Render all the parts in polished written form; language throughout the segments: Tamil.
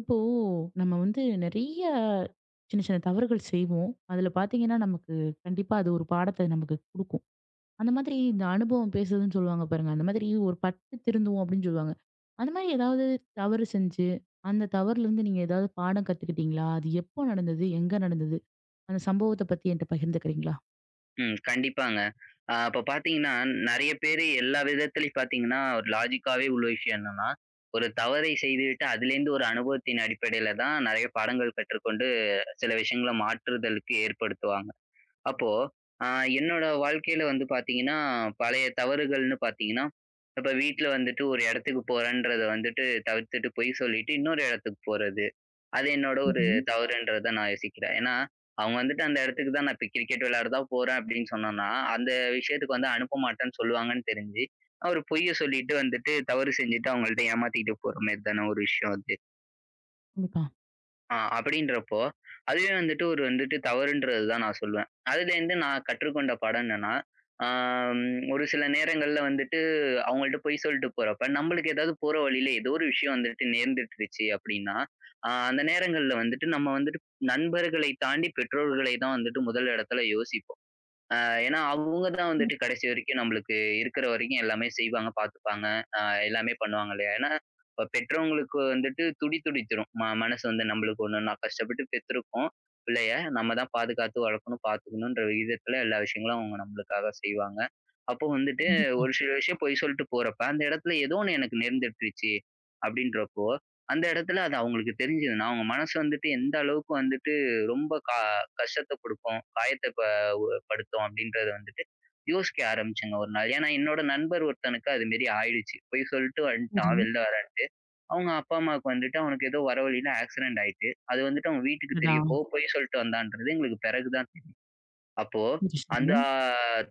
இப்போ நம்ம வந்து நிறைய சின்ன சின்ன தவறுகள் செய்வோம். அதுல பார்த்தீங்கன்னா, நமக்கு கண்டிப்பா அது ஒரு பாடத்த நமக்கு குடுக்கும். அந்த மாதிரி இந்த அனுபவம் பேசுதுன்னு சொல்லுவாங்க பாருங்க. அந்த மாதிரி ஒரு பட்டு திருந்துவோம் அப்படின்னு சொல்லுவாங்க. அந்த மாதிரி ஏதாவது தவறு செஞ்சு, அந்த தவறுலேருந்து நீங்க ஏதாவது பாடம் கத்துக்கிட்டீங்களா? அது எப்போ நடந்தது? எங்க நடந்தது? அந்த சம்பவத்த பத்தி என்ட்ட பகிர்ந்துக்கிறீங்களா? ம். கண்டிப்பாங்க. அப்ப பார்த்தீங்கன்னா, நெறைய பேரு எல்லா விதத்திலயும் பார்த்தீங்கன்னா, ஒரு லாஜிக்காவே உள்ள விஷயம் என்னன்னா, ஒரு தவறை செய்துவிட்டு அதிலேருந்து ஒரு அனுபவத்தின் அடிப்படையில தான் நெறைய பாடங்கள் கற்றுக்கொண்டு சில விஷயங்கள மாற்றுதலுக்கு ஏற்படுத்துவாங்க. அப்போ அ என்னோட வாழ்க்கையில வந்து பார்த்தீங்கன்னா, பழைய தவறுகள்னு பார்த்தீங்கன்னா, இப்ப வீட்ல வந்துட்டு ஒரு இடத்துக்கு போறேன்றத வந்துட்டு தவிர்த்துட்டு பொய் சொல்லிட்டு இன்னொரு இடத்துக்கு போறது. அது என்னோட ஒரு சரி. தவறுன்றத நான் யோசிக்கிறேன். ஏன்னா, அவங்க வந்துட்டு அந்த இடத்துக்கு தான் நான் இப்ப கிரிக்கெட் விளையாட தான் போறேன் அப்படின்னு சொன்னோம்னா, அந்த விஷயத்துக்கு வந்து அனுப்ப மாட்டேன்னு சொல்லுவாங்கன்னு தெரிஞ்சு, நான் ஒரு பொய்ய சொல்லிட்டு வந்துட்டு தவறு செஞ்சுட்டு அவங்கள்ட்ட ஏமாத்திக்கிட்டு போற மாரி தான ஒரு விஷயம் அது. கண்டிப்பா. அப்படின்றப்போ, அதுவே வந்துட்டு ஒரு வந்துட்டு தவறுன்றது தான் நான் சொல்லுவேன். அதுலேருந்து நான் கற்றுக்கொண்ட பாடம் என்னன்னா, ஆ ம் ஒரு சில நேரங்கள்ல வந்துட்டு அவங்கள்ட்ட பொய் சொல்லிட்டு போறப்ப, நம்மளுக்கு ஏதாவது போற வழியில ஏதோ ஒரு விஷயம் வந்துட்டு நேர்ந்துட்டுருச்சு அப்படின்னா, அந்த நேரங்கள்ல வந்துட்டு நம்ம வந்துட்டு நண்பர்களை தாண்டி பெற்றோர்களை தான் வந்துட்டு முதல் இடத்துல யோசிப்போம். அ ஏன்னா, அவங்க தான் ம். வந்துட்டு கடைசி வரைக்கும் நம்மளுக்கு இருக்கிற வரைக்கும் எல்லாமே செய்வாங்க, பார்த்துப்பாங்க. அ எல்லாமே பண்ணுவாங்க இல்லையா? ஏன்னா, இப்ப பெற்றவங்களுக்கு வந்துட்டு துடி துடித்துரும். மனசு வந்து நம்மளுக்கு ஒண்ணுன்னா கஷ்டப்பட்டு பெத்திருக்கோம் பிள்ளைய. நம்ம தான் பாதுகாத்து வளர்க்கணும், பார்த்துக்கணுன்ற விகிதத்துல எல்லா விஷயங்களும் அவங்க நம்மளுக்காக செய்வாங்க. அப்போ வந்துட்டு கண்டிப்பா. ஒரு சில விஷயம் பொய் சொல்லிட்டு போறப்ப, அந்த இடத்துல ஏதோ ஒண்ணு எனக்கு நேர்ந்துட்டுருச்சு அப்படின்றப்போ, அந்த இடத்துல அது அவங்களுக்கு தெரிஞ்சதுன்னா, அவங்க மனசு வந்துட்டு எந்த அளவுக்கு வந்துட்டு ரொம்ப கா கஷ்டத்த குடுக்கும், காயத்த படுத்தோம் அப்படின்றத வந்துட்டு யோசிக்க ஆரம்பிச்சேங்க ஒரு நாள். ஏன்னா, என்னோட நண்பர் ஒருத்தனுக்கு அது மாரி ஆயிடுச்சு. பொய் சொல்லிட்டு சரி. வந்துட்டான் வெளில வரேன்ட்டு. அவங்க அப்பா, அம்மாவுக்கு வந்துட்டு அவனுக்கு ஏதோ வர வழியில ஆக்சிடென்ட் ஆயிட்டு. அது வந்துட்டு அவங்க வீட்டுக்கு அடடா! தெரியப்போ பொய் சொல்லிட்டு வந்தான்றது எங்களுக்கு பிறகு தான். அப்போ, சரி, சரி. அந்த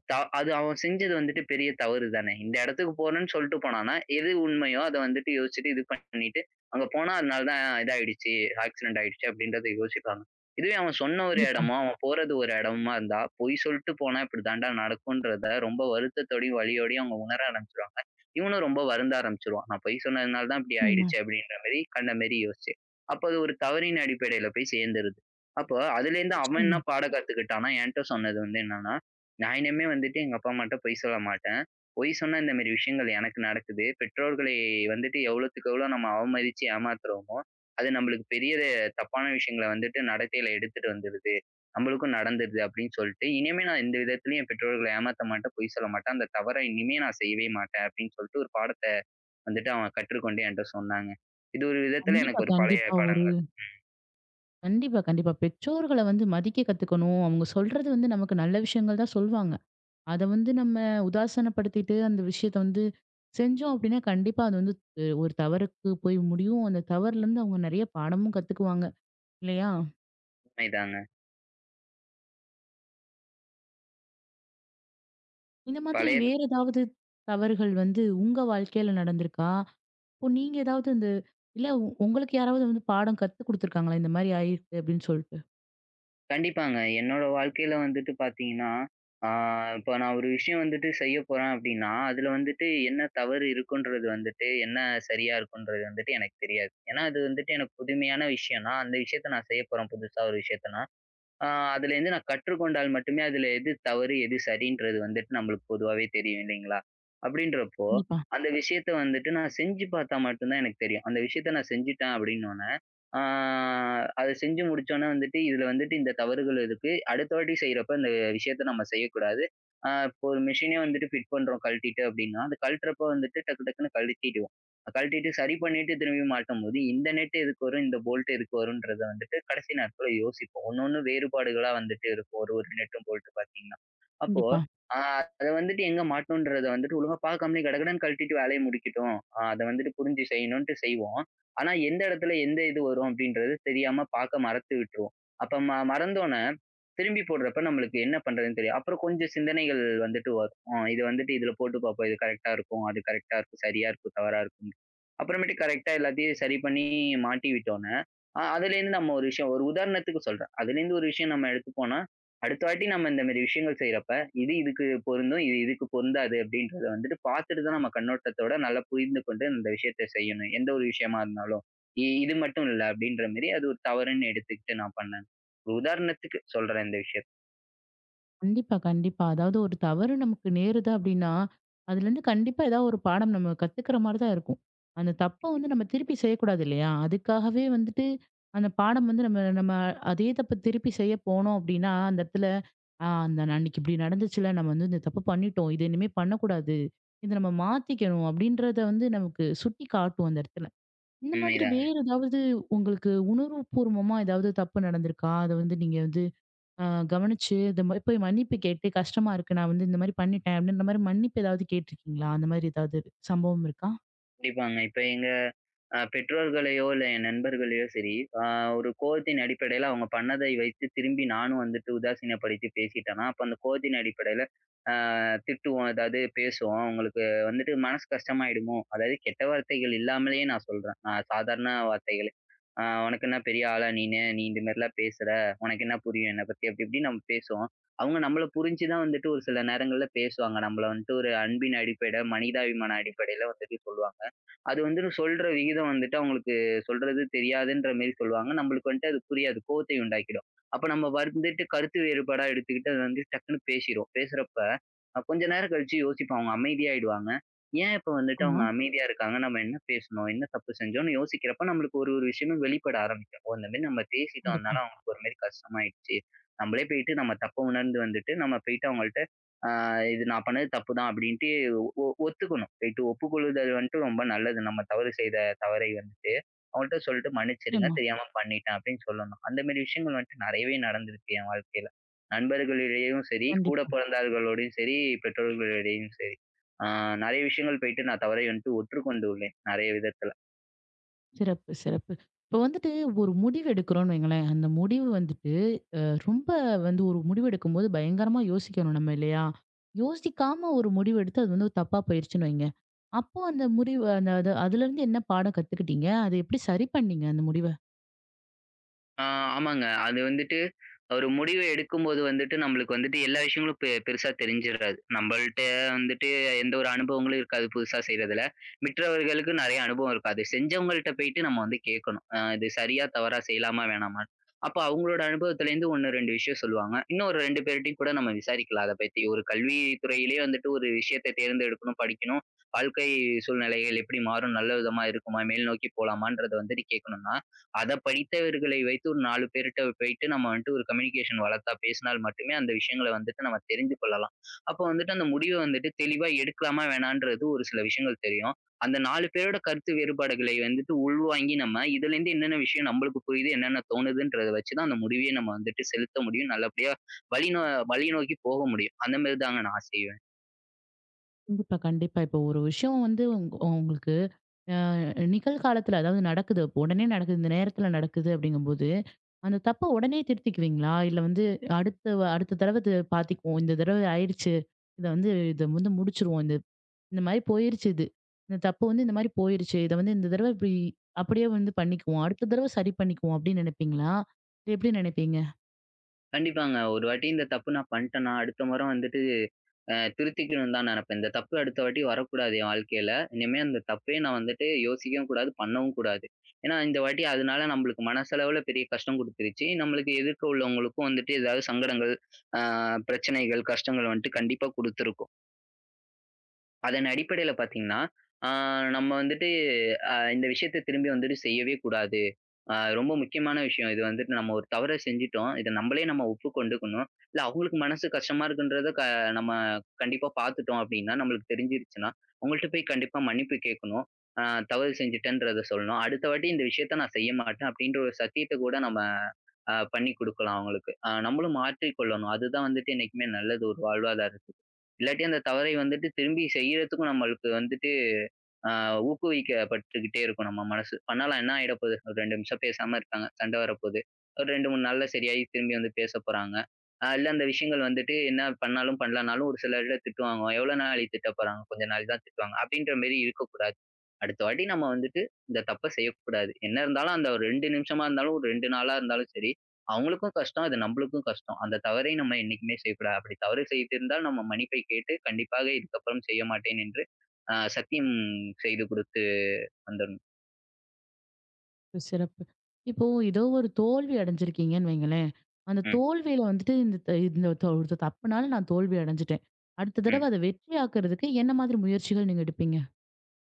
த அது அவன் செஞ்சது வந்துட்டு பெரிய தவறு தானே. இந்த இடத்துக்கு போறேன்னு சொல்ட்டு போனான்னா, எது உண்மையோ அத வந்துட்டு யோசிச்சுட்டு இது பண்ணிட்டு, அங்க போனா அதனால தான் இதாயிடுச்சு, ஆக்சிடென்ட் ஆயிடுச்சு அப்படின்றத யோசிப்பாங்க. இதுவே அவன் சொன்ன ஒரு கண்டிப்பா. இடமும், அவன் போறது ஒரு இடமா இருந்தா, பொய் சொல்ட்டு போனா இப்படி தான்டா நடக்கும்ன்றத ரொம்ப வருத்தத்தோடயும், வலியோடயும் அவங்க உணர ஆரம்பிச்சுருவாங்க. இவனும் ரொம்ப வருந்த ஆரம்பிச்சுருவான். நான் பொய் சொன்னதுனால தான் இப்படி ஆமா. ஆயிடுச்சு அப்படின்ற மாரி, கண்ட மேரி யோசிச்சு. அப்ப அது ஒரு தவறின் அடிப்படையில போய் சேர்ந்துருது. அப்ப அதுலேருந்து அவன் என்ன நிச்சயமா. பாடம் கத்துக்கிட்டான்னா, என்ட்ட சொன்னது வந்து என்னன்னா, நான் இனிமே வந்துட்டு எங்க அப்பா அம்மாட்ட பொய் சொல்ல மாட்டேன். பொய் சொன்னா இந்த மாரி விஷயங்கள் எனக்கு நடக்குது. பெற்றோர்களை வந்துட்டு எவ்வளோத்துக்கு எவ்வளோ நம்ம அவமதிச்சு ஏமாத்துறோமோ, அது நம்மளுக்கு பெரிய தப்பான விஷயங்கள வந்துட்டு நடத்தையில எடுத்துட்டு வந்துருது. நம்மளுக்கும் நடந்துருது அப்டின்னு சொல்லிட்டு, இனிமே நான் எந்த விதத்திலயும் என் பெற்றோர்கள ஏமாத்த மாட்டேன், பொய் சொல்ல மாட்டேன். அந்த தவற இனிமே நான் செய்யவே மாட்டேன் அப்டின்னு சொல்லிட்டு ஒரு பாடத்த வந்துட்டு அவன் கற்றுக்கொண்டு என்ட்ட சொன்னாங்க. இது ஒரு விதத்துல கண்டிப்பா, எனக்கு ஒரு பழைய கண்டிப்பா. பாடங்க. கண்டிப்பா, கண்டிப்பா. பெற்றோர்கள வந்து மதிக்க கத்துக்கணும். அவங்க சொல்றது வந்து நமக்கு நல்ல விஷயங்கள் தான் சொல்வாங்க. அத வந்து நம்ம உதாசீனப்படுத்திட்டு அந்த விஷயத்த வந்து செஞ்சோம் அப்டின்னா, கண்டிப்பா அது வந்து ஒரு தவறுக்கு போய் முடியும். அந்த தவறுலருந்து அவங்க நெறைய பாடமும் கத்துக்குவாங்க. இல்லையா? உண்மைதாங்க. இந்த மாதிரி பழைய வேற ஏதாவது தவறுகள் வந்து உங்க வாழ்க்கையில நடந்திருக்கா? இப்போ நீங்க ஏதாவது இந்த இல்ல உங்களுக்கு யாராவது வந்து பாடம் கத்து குடுத்துருக்காங்களா? இந்த மாரி ஆயிருக்கு அப்டின்னு சொல்ட்டு. கண்டிப்பாங்க. என்னோட வாழ்க்கையில வந்துட்டு பார்த்தீங்கன்னா, ஆ இப்ப நான் ஒரு விஷயம் வந்துட்டு செய்ய போறேன் அப்படின்னா, அதுல வந்துட்டு என்ன தவறு இருக்குன்றது வந்துட்டு, என்ன சரியா இருக்குன்றது வந்துட்டு எனக்கு தெரியாது. ஏன்னா, அது வந்துட்டு எனக்கு புதுமையான விஷயம்னா, அந்த விஷயத்த நான் செய்ய போறேன் புதுசா ஒரு விஷயத்தனா, ஆ அதுலேருந்து நான் கற்றுக்கொண்டால் மட்டுமே அதுல எது தவறு, எது சரின்றது வந்துட்டு நம்மளுக்கு பொதுவாவே தெரியும் இல்லைங்களா? அப்படின்றப்போ, கண்டிப்பா, அந்த விஷயத்த வந்துட்டு நான் செஞ்சு பார்த்தா மட்டும் தான் எனக்கு தெரியும். அந்த விஷயத்த நான் செஞ்சுட்டேன் அப்படின்னோனே, ஆ அத செஞ்சு முடிச்சோனே வந்துட்டு இதுல வந்துட்டு இந்த தவறுகள் இருக்கு. அடுத்த வாட்டி செய்றப்ப இந்த விஷயத்த நம்ம செய்யக்கூடாது. இப்போ ஒரு மிஷினே வந்துட்டு ஃபிட் பண்றோம் கழட்டிட்டு அப்படின்னா, அது கழட்டுறப்ப வந்துட்டு டக்கு டக்குன்னு கழட்டிடுவோம். கழட்டிட்டு சரி பண்ணிட்டு திரும்பி மாட்டும்போது, இந்த நெட் எதுக்கு வரும்? இந்த போல்ட் எதுக்கு வரும்ன்றத வந்துட்டு கடைசி நாட்கள்ல யோசிப்போம். ஒண்ணொண்ணு வேறுபாடுகளா வந்துட்டு இருக்கும். ஒரு ஒரு நெட்டும் போல்ட் பார்த்தீங்கன்னா. அப்போ கண்டிப்பா. அ அத வந்துட்டு எங்க மாட்டணும்ன்றத வந்துட்டு ஒழுங்கா பார்க்காமலே கடகடன்னு கழட்டிட்டு வேலைய முடிக்கட்டும். அத வந்துட்டு புரிஞ்சு செய்யணும்ன்ட்டு செய்வோம். ஆனா எந்த இடத்துல எந்த இது வரும் அப்படின்றது தெரியாம பார்க்க மறத்து விட்டுருவோம். அப்ப ம மறந்தோனே திரும்பி போடுறப்ப நம்மளுக்கு என்ன பண்றதுன்னு தெரியாது. அப்புறம் கொஞ்சம் சிந்தனைகள் வந்துட்டு வரும். இது வந்துட்டு இதுல போட்டு பார்ப்போம். இது கரெக்ட்டா இருக்கும். அது கரெக்ட்டா இருக்கும். சரியா இருக்கும். தவறா இருக்கும். அப்புறமேட்டு கரெக்ட்டா எல்லாத்தையும் சரி பண்ணி மாட்டி விட்டோன்ன, அதுலேருந்து நம்ம ஒரு விஷயம் ஒரு உதாரணத்துக்கு சொல்றேன். அதுலேருந்து ஒரு விஷயம் நம்ம எடுத்துப்போம்னா, அடுத்த வாட்டி நம்ம இந்த மாரி விஷயங்கள் செய்றப்ப, இது இதுக்கு பொருந்தும், இது இதுக்கு பொருந்தாது அப்படின்றத வந்துட்டு பார்த்துட்டு தான் நம்ம கண்ணோட்டத்தோட நல்லா புரிந்து கொண்டு இந்த விஷயத்த செய்யணும். எந்த ஒரு விஷயமா இருந்தாலும். இது மட்டும் இல்ல அப்படின்ற மாரி அது ஒரு தவறுன்னு எடுத்துக்கிட்டு நான் பண்ணேன். ஒரு உதாரணத்துக்கு சொல்றேன் இந்த விஷயத்த. கண்டிப்பா, கண்டிப்பா. அதாவது ஒரு தவறு நமக்கு நேருது அப்டின்னா, அதுலேருந்து கண்டிப்பா ஏதாவது ஒரு பாடம் நம்ம கத்துக்கிற மாரி தான் இருக்கும். அந்த தப்ப வந்து நம்ம திருப்பி செய்யக்கூடாது இல்லையா? அதுக்காகவே வந்துட்டு அந்த பாடம் வந்து நம்ம நம்ம அதே தப்ப திருப்பி செய்ய போனோம் அப்டின்னா, அந்த இடத்துல அந்த அன்னைக்கு இப்டி நடந்துச்சுல, நம்ம வந்து இந்த தப்பு பண்ணிட்டோம். இது இனிமே பண்ணக்கூடாது. இத நம்ம மாத்திக்கணும் அப்டின்றத வந்து நமக்கு சுட்டி காட்டும் அந்த இடத்துல. இந்த மாதிரி உண்மைதான். வேற ஏதாவது உங்களுக்கு உணர்வுபூர்வமா ஏதாவது தப்பு நடந்திருக்கா? அத வந்து நீங்க ஆ கவனிச்சு, இந்த மாரி போய் மன்னிப்பு கேட்டு, "கஷ்டமா இருக்கு. நான் வந்து இந்த மாரி பண்ணிட்டேன்." அப்படின்ற மாரி மன்னிப்பு ஏதாவது கேட்டிருக்கீங்களா? அந்த மாரி ஏதாவது சம்பவம் இருக்கா? கண்டிப்பாங்க. இப்ப எங்க பெற்றோர்களையோ, இல்ல என் நண்பர்களையோ சரி, அ ஒரு கோவத்தின் அடிப்படையில அவங்க பண்ணதை வைத்து திரும்பி நானும் வந்துட்டு உதாசீனப்படுத்தி பேசிட்டேன்னா, அப்ப அந்த கோவத்தின் அடிப்படையில அ திட்டுவோம், ஏதாவது பேசுவோம். அவங்களுக்கு வந்துட்டு மனசு கஷ்டமாயிடுமோ! அதாவது கெட்ட வார்த்தைகள் இல்லாமலேயே நான் சொல்றேன். நான் சாதாரண வார்த்தைகளே. "உனக்கு என்ன பெரிய ஆளா நீனு? நீ இந்த மாரிலாம் பேசுற. உனக்கு என்ன புரியும் என்ன பத்தி?" அப்படி இப்படின்னு நம்ம பேசுவோம். அவங்க நம்மள புரிஞ்சு தான் வந்துட்டு ஒரு சில நேரங்கள்ல பேசுவாங்க. நம்மள வந்துட்டு ஒரு அன்பின் அடிப்படை, மனிதாபிமான அடிப்படையில வந்துட்டு சொல்லுவாங்க. அது வந்துட்டு சொல்ற விகிதம் வந்துட்டு அவங்களுக்கு சொல்றது தெரியாதுன்ற மாரி சொல்லுவாங்க. நம்மளுக்கு வந்துட்டு அது புரியாது. கோவத்தை உண்டாக்கிடும். அப்ப நம்ம வந்துட்டு கருத்து வேறுபாடா எடுத்துக்கிட்டு அது வந்து டக்குன்னு பேசிருவோம். பேசுறப்ப கொஞ்ச நேரம் கழிச்சு யோசிப்போம். அவங்க அமைதியாயிடுவாங்க. ஏன் இப்ப வந்துட்டு ஆமா. அவங்க அமைதியா இருக்காங்க? நம்ம என்ன பேசுனோம்? என்ன தப்பு செஞ்சோம்னு யோசிக்கிறப்ப நம்மளுக்கு ஒரு ஒரு விஷயமும் வெளிப்பட ஆரம்பிக்கும். ஓ! இந்த மாரி நம்ம பேசிட்டோம். அதனால கண்டிப்பா. அவங்களுக்கு ஒரு மாரி கஷ்டமாயிடுச்சு. நம்மளே போயிட்டு நம்ம தப்ப உணர்ந்து வந்துட்டு நம்ம போயிட்டு அவங்கள்ட்ட, "ஆ இது நான் பண்ணது தப்பு தான்" அப்படின்ட்டு ஒத்துக்கணும். ரைட்டு ஒப்புக்கொள்ளுதல் வந்துட்டு ரொம்ப நல்லது. நம்ம தவறு செய்த தவறை வந்துட்டு, அவங்கள்ட்ட சொல்லிட்டு மன்னிச்சிடுங்க. நிச்சயமா. தெரியாம பண்ணிட்டேன் அப்படின்னு சொல்லணும். அந்த மாரி விஷயங்கள் வந்துட்டு நெறையவே நடந்திருக்கு என் வாழ்க்கையில. நண்பர்களிடையேயும் சரி, கூட கண்டிப்பா. பிறந்தார்களோடையும் சரி, பெற்றோர்களிடையும் சரி. ஆ நெறைய விஷயங்கள் போயிட்டு நான் தவறை வந்துட்டு ஒற்றுக்கொண்டு உள்ளேன். நெறைய விதத்துல. சிறப்பு, சிறப்பு. இப்போ வந்துட்டு ஒரு முடிவு எடுக்கிறோம்னு வைங்களேன். அந்த முடிவு வந்துட்டு அ ரொம்ப வந்து ஒரு முடிவு எடுக்கும்போது பயங்கரமா யோசிக்கணும் நம்ம இல்லையா? யோசிக்காம ஒரு முடிவு எடுத்து அது வந்து தப்பா போயிருச்சுன்னு வைங்க. அப்போ அந்த முடிவு அந்த அது அதுலருந்து என்ன பாடம் கத்துக்கிட்டீங்க? அத எப்படி சரி பண்ணீங்க அந்த முடிவ? ஆ ஆமாங்க. அது வந்துட்டு ஒரு முடிவு எடுக்கும்போது வந்துட்டு, நம்மளுக்கு வந்துட்டு எல்லா விஷயங்களும் பெருசா தெரிஞ்சிராது. நம்மள்ட்ட வந்துட்டு எந்த ஒரு அனுபவங்களும் இருக்காது புதுசா செய்றதுல. மற்றவர்களுக்கு நெறைய அனுபவம் இருக்கும். அது செஞ்சவங்கள்ட்ட போயிட்டு நம்ம வந்து கேட்கணும். இது சரியா, தவறா, செய்யலாமா, வேணாமான்னு. அப்ப அவங்களோட அனுபவத்திலேருந்து 1, 2 விஷயம் சொல்லுவாங்க. இன்னும் ஒரு 2 பேர்ட்டயும் கூட நம்ம விசாரிக்கலாம் அத பத்தி. ஒரு கல்வித்துறையிலேயே வந்துட்டு ஒரு விஷயத்த தேர்ந்தெடுக்கணும், படிக்கணும். வாழ்க்கை சூழ்நிலைகள் எப்படி மாறும்? நல்ல விதமா இருக்குமா? மேல் நோக்கி போலாமான்றத வந்துட்டு கேட்கணும்னா, அத படித்தவர்களை வைத்து ஒரு 4 பேர்ட்ட போயிட்டு நம்ம வந்துட்டு ஒரு கம்யூனிகேஷன் வளர்த்தா பேசினால் மட்டுமே அந்த விஷயங்கள வந்துட்டு நம்ம தெரிந்து கொள்ளலாம். அப்போ வந்துட்டு அந்த முடிவ வந்துட்டு தெளிவா எடுக்கலாமா வேணான்றது ஒரு சில விஷயங்கள் தெரியும். அந்த 4 பேரோட கருத்து வேறுபாடுகளை வந்துட்டு உள்வாங்கி நம்ம இதுலேருந்து என்னென்ன விஷயம் நம்மளுக்கு புரியுது, என்னென்ன தோணுதுன்றத வச்சு தான் அந்த முடிவே நம்ம வந்துட்டு செலுத்த முடியும். நல்லபடியா வழி நோ வழி நோக்கி போக முடியும். அந்த மாரி தாங்க நான் செய்வேன். கண்டிப்பா, கண்டிப்பா. இப்போ ஒரு விஷயம் வந்து உங்களுக்கு அ நிகழ்காலத்துல அதாவது நடக்குது. அப்போ உடனே நடக்குது. இந்த நேரத்துல நடக்குது அப்படிங்கும்போது, அந்த தப்ப உடனே திருத்திக்குவீங்களா? இல்ல வந்து அடுத்த தடவ இது பார்த்துக்குவோம். இந்த தடவ ஆயிடுச்சு. இத வந்து இத வந்து முடிச்சுருவோம். இந்த இந்த மாரி போயிருச்சு இது. இந்த தப்பு வந்து இந்த மாரி போயிருச்சு. இத வந்து இந்த தடவ இப்படி அப்படியே வந்து பண்ணிக்குவோம். அடுத்த தடவ சரி பண்ணிக்குவோம் அப்படின்னு நினைப்பீங்களா? இது எப்படி நினைப்பீங்க? கண்டிப்பாங்க. ஒரு வாட்டி இந்த தப்பு நான் பண்ட்டேன்னா, அடுத்த முறை வந்துட்டு திருத்திக்கணும்னு தான் நெனப்பேன். இந்த தப்பு அடுத்த வாட்டி வரக்கூடாது என் வாழ்க்கையில. இனிமே அந்த தப்பையே நான் வந்துட்டு யோசிக்கவும் கூடாது, பண்ணவும் கூடாது. ஏன்னா, இந்த வாட்டி அதனால நம்மளுக்கு மனசளவுல பெரிய கஷ்டம் குடுத்துருச்சு. நம்மளுக்கு எதிர்க்க உள்ளவங்களுக்கும் வந்துட்டு ஏதாவது சங்கடங்கள், அ பிரச்சனைகள், கஷ்டங்கள் வந்துட்டு கண்டிப்பா குடுத்துருக்கும். அதன் அடிப்படையில பார்த்தீங்கன்னா, ஆ நம்ம வந்துட்டு இந்த விஷயத்த திரும்பி வந்துட்டு செய்யவே கூடாது. ரொம்ப முக்கியமான விஷயம். இது வந்துட்டு நம்ம ஒரு தவற செஞ்சுட்டோம். இத நம்மளே நம்ம ஒப்புக்கொண்டுக்கணும். இல்ல அவங்களுக்கு மனசு கஷ்டமா இருக்குன்றத நம்ம கண்டிப்பா பார்த்துட்டோம் அப்டின்னா, நம்மளுக்கு தெரிஞ்சிருச்சுன்னா, அவங்கள்ட்ட போய் கண்டிப்பா மன்னிப்பு கேட்கணும். அ தவறு செஞ்சுட்டேன்றத சொல்லணும். அடுத்த வாட்டி இந்த விஷயத்த நான் செய்ய மாட்டேன் அப்டின்ற ஒரு சத்தியத்த கூட நம்ம பண்ணி குடுக்கலாம் அவங்களுக்கு. நம்மளும் மாற்றிக் கொள்ளணும். அதுதான் வந்துட்டு என்னைக்குமே நல்லது ஒரு வாழ்வாதாரத்துக்கு. இல்லாட்டி அந்த தவறை வந்துட்டு திரும்பி செய்யறதுக்கும் நம்மளுக்கு வந்துட்டு ஆ ஊக்குவிக்கப்பட்டுக்கிட்டே இருக்கும் நம்ம மனசு. பண்ணாலா என்ன ஆயிட போகுது? ஒரு 2 நிமிஷம் பேசாம இருக்காங்க. சண்டை வரப்போது. ஒரு 2, 3 நாள்ல சரியாயி திரும்பி வந்து பேசப் போறாங்க. இல்ல அந்த விஷயங்கள் வந்துட்டு என்ன பண்ணாலும் பண்ணலனாலும் ஒரு சிலர்ல திட்டு வாங்குவோம். எவ்வளோ நாழி திட்டப் போறாங்க? கொஞ்ச நாள் தான் திட்டுவாங்க. அப்படின்ற மாரி இருக்கக்கூடாது. அடுத்த வாட்டி நம்ம வந்துட்டு இந்த தப்ப செய்யக்கூடாது. என்ன இருந்தாலும் அந்த ஒரு 2 நிமிஷமா இருந்தாலும், ஒரு 2 நாளா இருந்தாலும் சரி, அவங்களுக்கும் கஷ்டம். அது நம்மளுக்கும் கஷ்டம். அந்த தவறை நம்ம என்னைக்குமே செய்யக்கூடாது. அப்படி தவறு செய்திருந்தால் நம்ம மன்னிப்பை கேட்டு, கண்டிப்பாக இதுக்கப்புறம் செய்ய மாட்டேன் என்று சத்தியம் செய்து குடுத்து வந்துரணும். சிறப்பு. இப்போ ஏதோ ஒரு தோல்வி அடைஞ்சிருக்கீங்கன்னு வைங்களேன். அந்த ம், தோல்வியில வந்துட்டு இந்த ஒரு தப்புனால நான் தோல்வி அடைஞ்சுட்டேன். அடுத்த ம். தடவ அத வெற்றியாக்குறதுக்கு என்ன மாதிரி முயற்சிகள் நீங்க எடுப்பீங்க?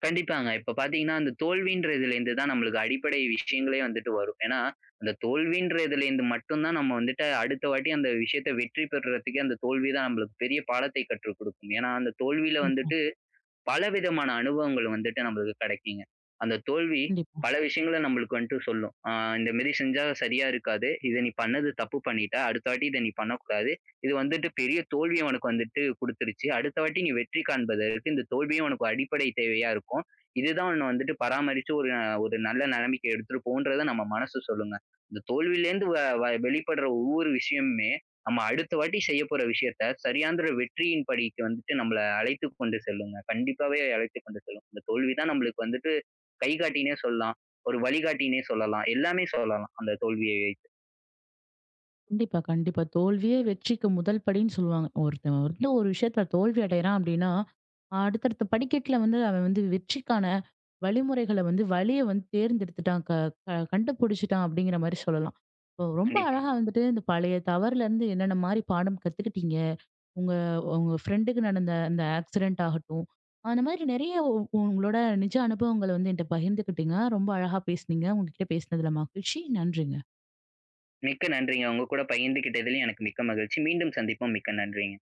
கண்டிப்பாங்க. இப்ப பாத்தீங்கன்னா, அந்த தோல்வின்றதுலேருந்து தான் நம்மளுக்கு அடிப்படை விஷயங்களே வந்துட்டு வரும். ஏன்னா, அந்த தோல்வின்றதுலேருந்து மட்டும் தான் நம்ம வந்துட்டு அடுத்த வாட்டி அந்த விஷயத்த வெற்றி பெறுறதுக்கே அந்த தோல்வி தான் நம்மளுக்கு பெரிய பாடத்தை கற்றுக் குடுக்கும். ஏன்னா, அந்த தோல்வியில கண்டிப்பா, வந்துட்டு பலவிதமான அனுபவங்கள் வந்துட்டு நம்மளுக்கு கிடைக்குங்க. அந்த தோல்வி கண்டிப்பா. பல விஷயங்கள நம்மளுக்கு வந்துட்டு சொல்லும். இந்த மாரி செஞ்சா சரியா இருக்காது. இத நீ பண்ணது தப்பு பண்ணிட்ட. அடுத்த வாட்டி இத நீ பண்ணக்கூடாது. இது வந்துட்டு பெரிய தோல்விய உனக்கு வந்துட்டு குடுத்துருச்சு. அடுத்த வாட்டி நீ வெற்றி காண்பதற்கு இந்த தோல்வியும் உனக்கு அடிப்படை தேவையா இருக்கும். இதுதான் உன்ன வந்துட்டு பராமரிச்சு ஒரு ஒரு நல்ல நிலைமைக்கு எடுத்துட்டு போகுன்றத நம்ம மனசு சொல்லுங்க. இந்த தோல்வியிலேருந்து வ வ வெளிப்படுற ஒவ்வொரு விஷயமுமே நம்ம அடுத்த வாட்டி செய்ய போற விஷயத்த சரியான்ற வெற்றியின் படிக்கு வந்துட்டு நம்மள அழைத்துக் கொண்டு செல்லுங்க. கண்டிப்பாவே அழைத்துக் கொண்டு செல்லும். இந்த தோல்வி தான் நம்மளுக்கு வந்துட்டு கைகாட்டின்னே சொல்லலாம். ஒரு வழிகாட்டின்னே சொல்லலாம். எல்லாமே சொல்லலாம் அந்த தோல்வியை வைத்து. கண்டிப்பா, கண்டிப்பா. தோல்வியே வெற்றிக்கு முதல் படின்னு சொல்லுவாங்க. ஒருத்தன் வந்து ஒரு விஷயத்துல தோல்வி அடையறான் அப்படின்னா, அடுத்தடுத்த படிக்கட்டுல வந்து அவன் வந்து வெற்றிக்கான வழிமுறைகள வந்து வழிய வந்து தேர்ந்தெடுத்துட்டான். க க கண்டுபிடிச்சுட்டான் அப்படிங்கிற மாரி சொல்லலாம். இப்போ ரொம்ப கண்டிப்பா. அழகா வந்துட்டு இந்த பழைய தவறுலேருந்து என்னென்ன மாரி பாடம் கத்துக்கிட்டீங்க? உங்க உங்க ஃப்ரெண்டுக்கு நடந்த அந்த ஆக்சிடென்ட் ஆகட்டும், அந்த மாதிரி நிறைய உங்களோட நிஜ அனுபவங்கள வந்து என்ட்ட பகிர்ந்துக்கிட்டீங்க. ரொம்ப அழகா பேசுனீங்க. உங்ககிட்ட பேசினதுல மகிழ்ச்சி. நன்றிங்க. மிக்க நன்றிங்க. உங்க கூட பகிர்ந்துகிட்டதிலும் எனக்கு மிக்க மகிழ்ச்சி. மீண்டும் சந்திப்போம். மிக்க நன்றிங்க.